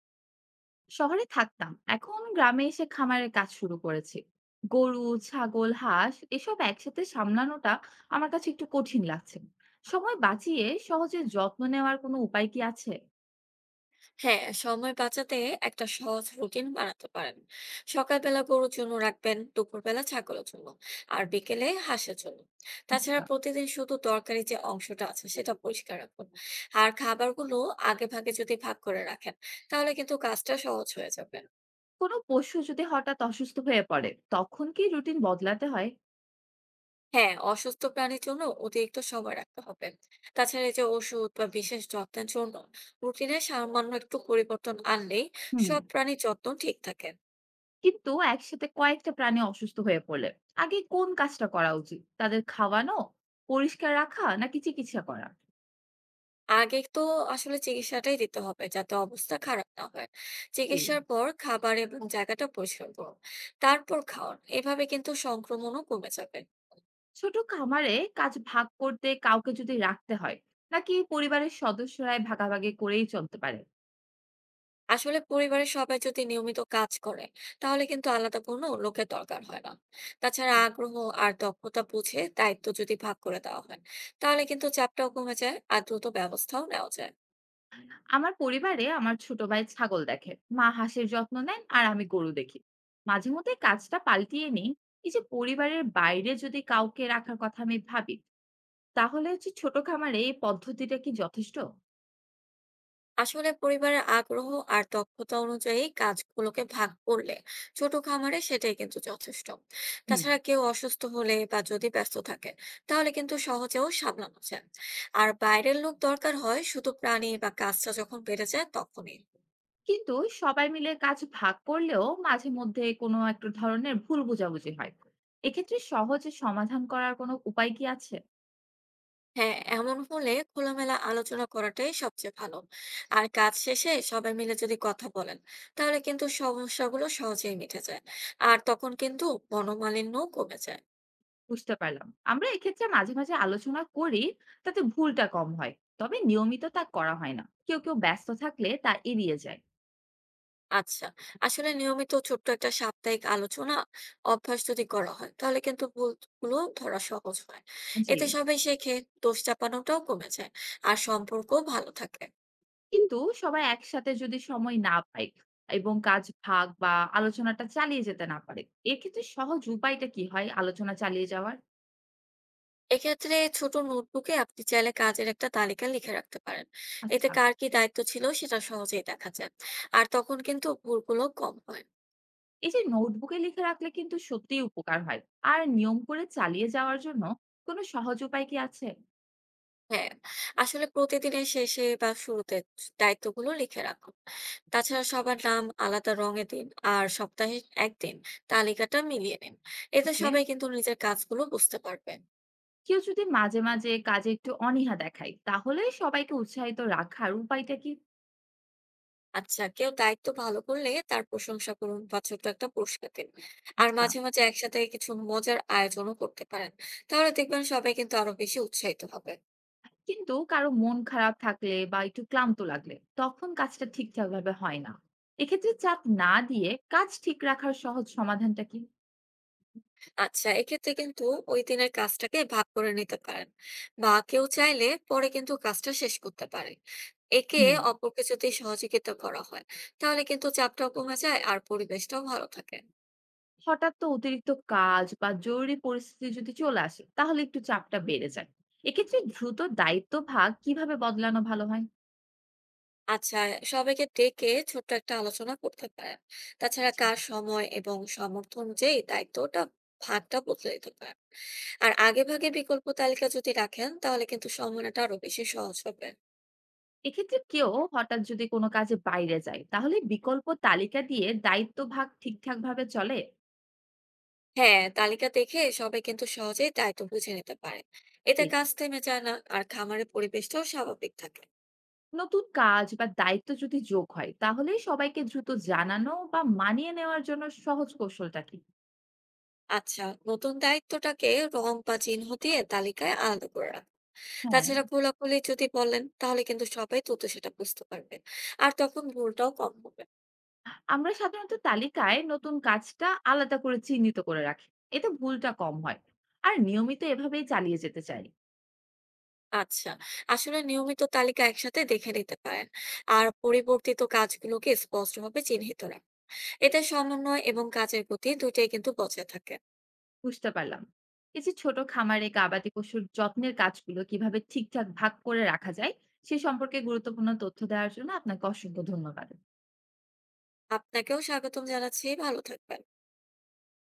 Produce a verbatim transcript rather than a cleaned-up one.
শহরে থাকতাম, এখন গ্রামে এসে খামারের কাজ শুরু করেছি। গরু, ছাগল, হাঁস এসব একসাথে সামলানোটা আমার কাছে একটু কঠিন লাগছে। সময় বাঁচিয়ে সহজে যত্ন নেওয়ার কোনো উপায় কি আছে? হ্যাঁ, সময় বাঁচাতে একটা সহজ রুটিন বানাতে পারেন। সকালবেলা গরুর জন্য রাখবেন, দুপুরবেলা ছাগলের জন্য আর বিকেলে হাঁসের জন্য। তাছাড়া আচ্ছা, প্রতিদিন শুধু দরকারি যে অংশটা আছে সেটা পরিষ্কার রাখুন। আর খাবারগুলো আগে ভাগে যদি ভাগ করে রাখেন তাহলে কিন্তু কাজটা সহজ হয়ে যাবে। কোনো পশু যদি হঠাৎ অসুস্থ হয়ে পড়ে, তখন কি রুটিন বদলাতে হয়? হ্যাঁ, অসুস্থ প্রাণীর জন্য অতিরিক্ত সময় রাখতে হবে। তাছাড়া এই যে ওষুধ বা বিশেষ যত্নের জন্য রুটিনে সামান্য একটু পরিবর্তন আনলেই হুম। সব প্রাণীর যত্ন ঠিক থাকে। কিন্তু একসাথে কয়েকটা প্রাণী অসুস্থ হয়ে পড়লে আগে কোন কাজটা করা উচিত? তাদের খাওয়ানো, পরিষ্কার রাখা, নাকি চিকিৎসা করা? আগে তো আসলে চিকিৎসাটাই দিতে হবে, যাতে অবস্থা খারাপ না হয়। জি। চিকিৎসার পর খাবার এবং জায়গাটা পরিষ্কার করুন। তারপর খাওয়ান। এভাবে কিন্তু সংক্রমণও কমে যাবে। ছোট খামারে কাজ ভাগ করতে কাউকে যদি রাখতে হয়, নাকি পরিবারের সদস্যরাই ভাগাভাগি করেই চলতে পারে? আসলে পরিবারের সবাই যদি নিয়মিত কাজ করে তাহলে কিন্তু আলাদা কোনো লোকের দরকার হয় না। তাছাড়া আগ্রহ আর দক্ষতা বুঝে দায়িত্ব যদি ভাগ করে দেওয়া হয় তাহলে কিন্তু চাপটাও কমে যায় আর দ্রুত ব্যবস্থাও নেওয়া যায়। আমার পরিবারে আমার ছোট ভাই ছাগল দেখে, মা হাঁসের যত্ন নেন, আর আমি গরু দেখি। মাঝে মধ্যে কাজটা পাল্টিয়ে নিই। এই যে পরিবারের বাইরে যদি কাউকে রাখার কথা আমি ভাবি, তাহলে হচ্ছে ছোট খামারে এই পদ্ধতিটা কি যথেষ্ট? আসলে পরিবারের আগ্রহ আর দক্ষতা অনুযায়ী কাজগুলোকে ভাগ করলে ছোট খামারে সেটাই কিন্তু যথেষ্ট। হুম। তাছাড়া কেউ অসুস্থ হলে বা যদি ব্যস্ত থাকে তাহলে কিন্তু সহজেও সামলানো যায়। আর বাইরের লোক দরকার হয় শুধু প্রাণী বা কাজটা যখন বেড়ে যায় তখনই। কিন্তু সবাই মিলে কাজ ভাগ করলেও মাঝে মধ্যে কোনো একটা ধরনের ভুল বোঝাবুঝি হয়। এক্ষেত্রে সহজে সমাধান করার কোনো উপায় কি আছে? হ্যাঁ, এমন হলে খোলামেলা আলোচনা করাটাই সবচেয়ে ভালো। আর কাজ শেষে সবাই মিলে যদি কথা বলেন তাহলে কিন্তু সমস্যাগুলো সহজেই মিটে যায়, আর তখন কিন্তু মনোমালিন্য কমে যায়। বুঝতে পারলাম। আমরা এক্ষেত্রে মাঝে, মাঝে আলোচনা করি, তাতে ভুলটা কম হয়। তবে নিয়মিত তা করা হয় না। কেউ, কেউ ব্যস্ত থাকলে তা এড়িয়ে যায়। আচ্ছা। আসলে নিয়মিত ছোট্ট একটা সাপ্তাহিক আলোচনা অভ্যাস যদি করা হয় তাহলে কিন্তু ভুলগুলো ধরা সহজ হয়। জি। এতে সবাই শেখে, দোষ চাপানোটাও কমে যায় আর সম্পর্কও ভালো থাকে। কিন্তু সবাই একসাথে যদি সময় না পায় এবং কাজ ভাগ বা আলোচনাটা চালিয়ে যেতে না পারে, এক্ষেত্রে সহজ উপায়টা কি হয় আলোচনা চালিয়ে যাওয়ার? এক্ষেত্রে ছোট নোটবুকে আপনি চাইলে কাজের একটা তালিকা লিখে রাখতে পারেন। এতে আচ্ছা। কার কি দায়িত্ব ছিল সেটা সহজেই দেখা যায়। আর তখন কিন্তু ভুলগুলো কম হয়। এই যে নোটবুকে লিখে রাখলে কিন্তু সত্যিই উপকার হয়। আর নিয়ম করে চালিয়ে যাওয়ার জন্য কোনো সহজ উপায় কি আছে? হ্যাঁ, আসলে প্রতিদিনের শেষে বা শুরুতে দায়িত্বগুলো লিখে রাখুন। তাছাড়া সবার নাম আলাদা রঙে দিন আর সপ্তাহে একদিন তালিকাটা মিলিয়ে নিন। এতে ওকে। সবাই কিন্তু নিজের কাজগুলো বুঝতে পারবেন। কেউ যদি মাঝে, মাঝে কাজে একটু অনীহা দেখায়, তাহলে সবাইকে উৎসাহিত রাখার উপায়টা কি? আচ্ছা, কেউ দায়িত্ব ভালো করলে তার প্রশংসা করুন বা ছোট্ট একটা পুরস্কার দিন। আর আচ্ছা। মাঝে মাঝে একসাথে কিছু মজার আয়োজনও করতে পারেন। তাহলে দেখবেন সবাই কিন্তু আরো বেশি উৎসাহিত হবে। কিন্তু কারো মন খারাপ থাকলে বা একটু ক্লান্ত লাগলে, তখন কাজটা ঠিকঠাক ভাবে হয় না। এক্ষেত্রে চাপ না দিয়ে কাজ ঠিক রাখার সহজ সমাধানটা কি? আচ্ছা, এক্ষেত্রে কিন্তু ওই দিনের কাজটাকে ভাগ করে নিতে পারেন বা কেউ চাইলে পরে কিন্তু কাজটা শেষ করতে পারে। একে হুম। অপরকে যদি সহযোগিতা করা হয় তাহলে কিন্তু চাপটাও কমে যায় আর পরিবেশটাও ভালো থাকে। হঠাৎ তো অতিরিক্ত কাজ বা জরুরি পরিস্থিতি যদি চলে আসে, তাহলে একটু চাপটা বেড়ে যায়। এক্ষেত্রে দ্রুত দায়িত্ব ভাগ কিভাবে বদলানো ভালো হয়? আচ্ছা, সবাইকে ডেকে ছোট্ট একটা আলোচনা করতে পারেন। তাছাড়া আচ্ছা। কার সময় এবং সমর্থন, যেই দায়িত্বটা ভাগটা বদলে দিতে পারেন। আর আগে ভাগে বিকল্প তালিকা যদি রাখেন তাহলে কিন্তু সময়টা আরো বেশি সহজ হবে। এক্ষেত্রে কেউ হঠাৎ যদি কোনো কাজে বাইরে যায়, তাহলে বিকল্প তালিকা দিয়ে দায়িত্ব ভাগ ঠিকঠাক ভাবে চলে? হ্যাঁ, তালিকা দেখে সবাই কিন্তু সহজেই দায়িত্ব বুঝে নিতে পারে। এতে জি, কাজ থেমে যায় না আর খামারের পরিবেশটাও স্বাভাবিক থাকে। নতুন কাজ বা দায়িত্ব যদি যোগ হয়, তাহলে সবাইকে দ্রুত জানানো বা মানিয়ে নেওয়ার জন্য সহজ কৌশলটা কি? আচ্ছা, নতুন দায়িত্বটাকে রং বা চিহ্ন দিয়ে তালিকায় আলাদা করে রাখ। হ্যাঁ, তাছাড়া খোলাখুলি যদি বলেন তাহলে কিন্তু সবাই দ্রুত সেটা বুঝতে পারবে, আর তখন ভুলটাও কম হবে। আমরা সাধারণত তালিকায় নতুন কাজটা আলাদা করে চিহ্নিত করে রাখি। এতে ভুলটা কম হয়। আর নিয়মিত এভাবেই চালিয়ে যেতে চাই। আচ্ছা, আসলে নিয়মিত তালিকা একসাথে দেখে নিতে পারেন আর পরিবর্তিত কাজগুলোকে স্পষ্টভাবে চিহ্নিত রাখ। এতে সমন্বয় এবং কাজের গতি দুটাই কিন্তু বজায় থাকে। বুঝতে পারলাম। এই যে ছোট খামারে গবাদি পশুর যত্নের কাজগুলো কিভাবে ঠিকঠাক ভাগ করে রাখা যায়, সে সম্পর্কে গুরুত্বপূর্ণ তথ্য দেওয়ার জন্য আপনাকে অসংখ্য ধন্যবাদ। আপনাকেও স্বাগতম জানাচ্ছি। ভালো থাকবেন।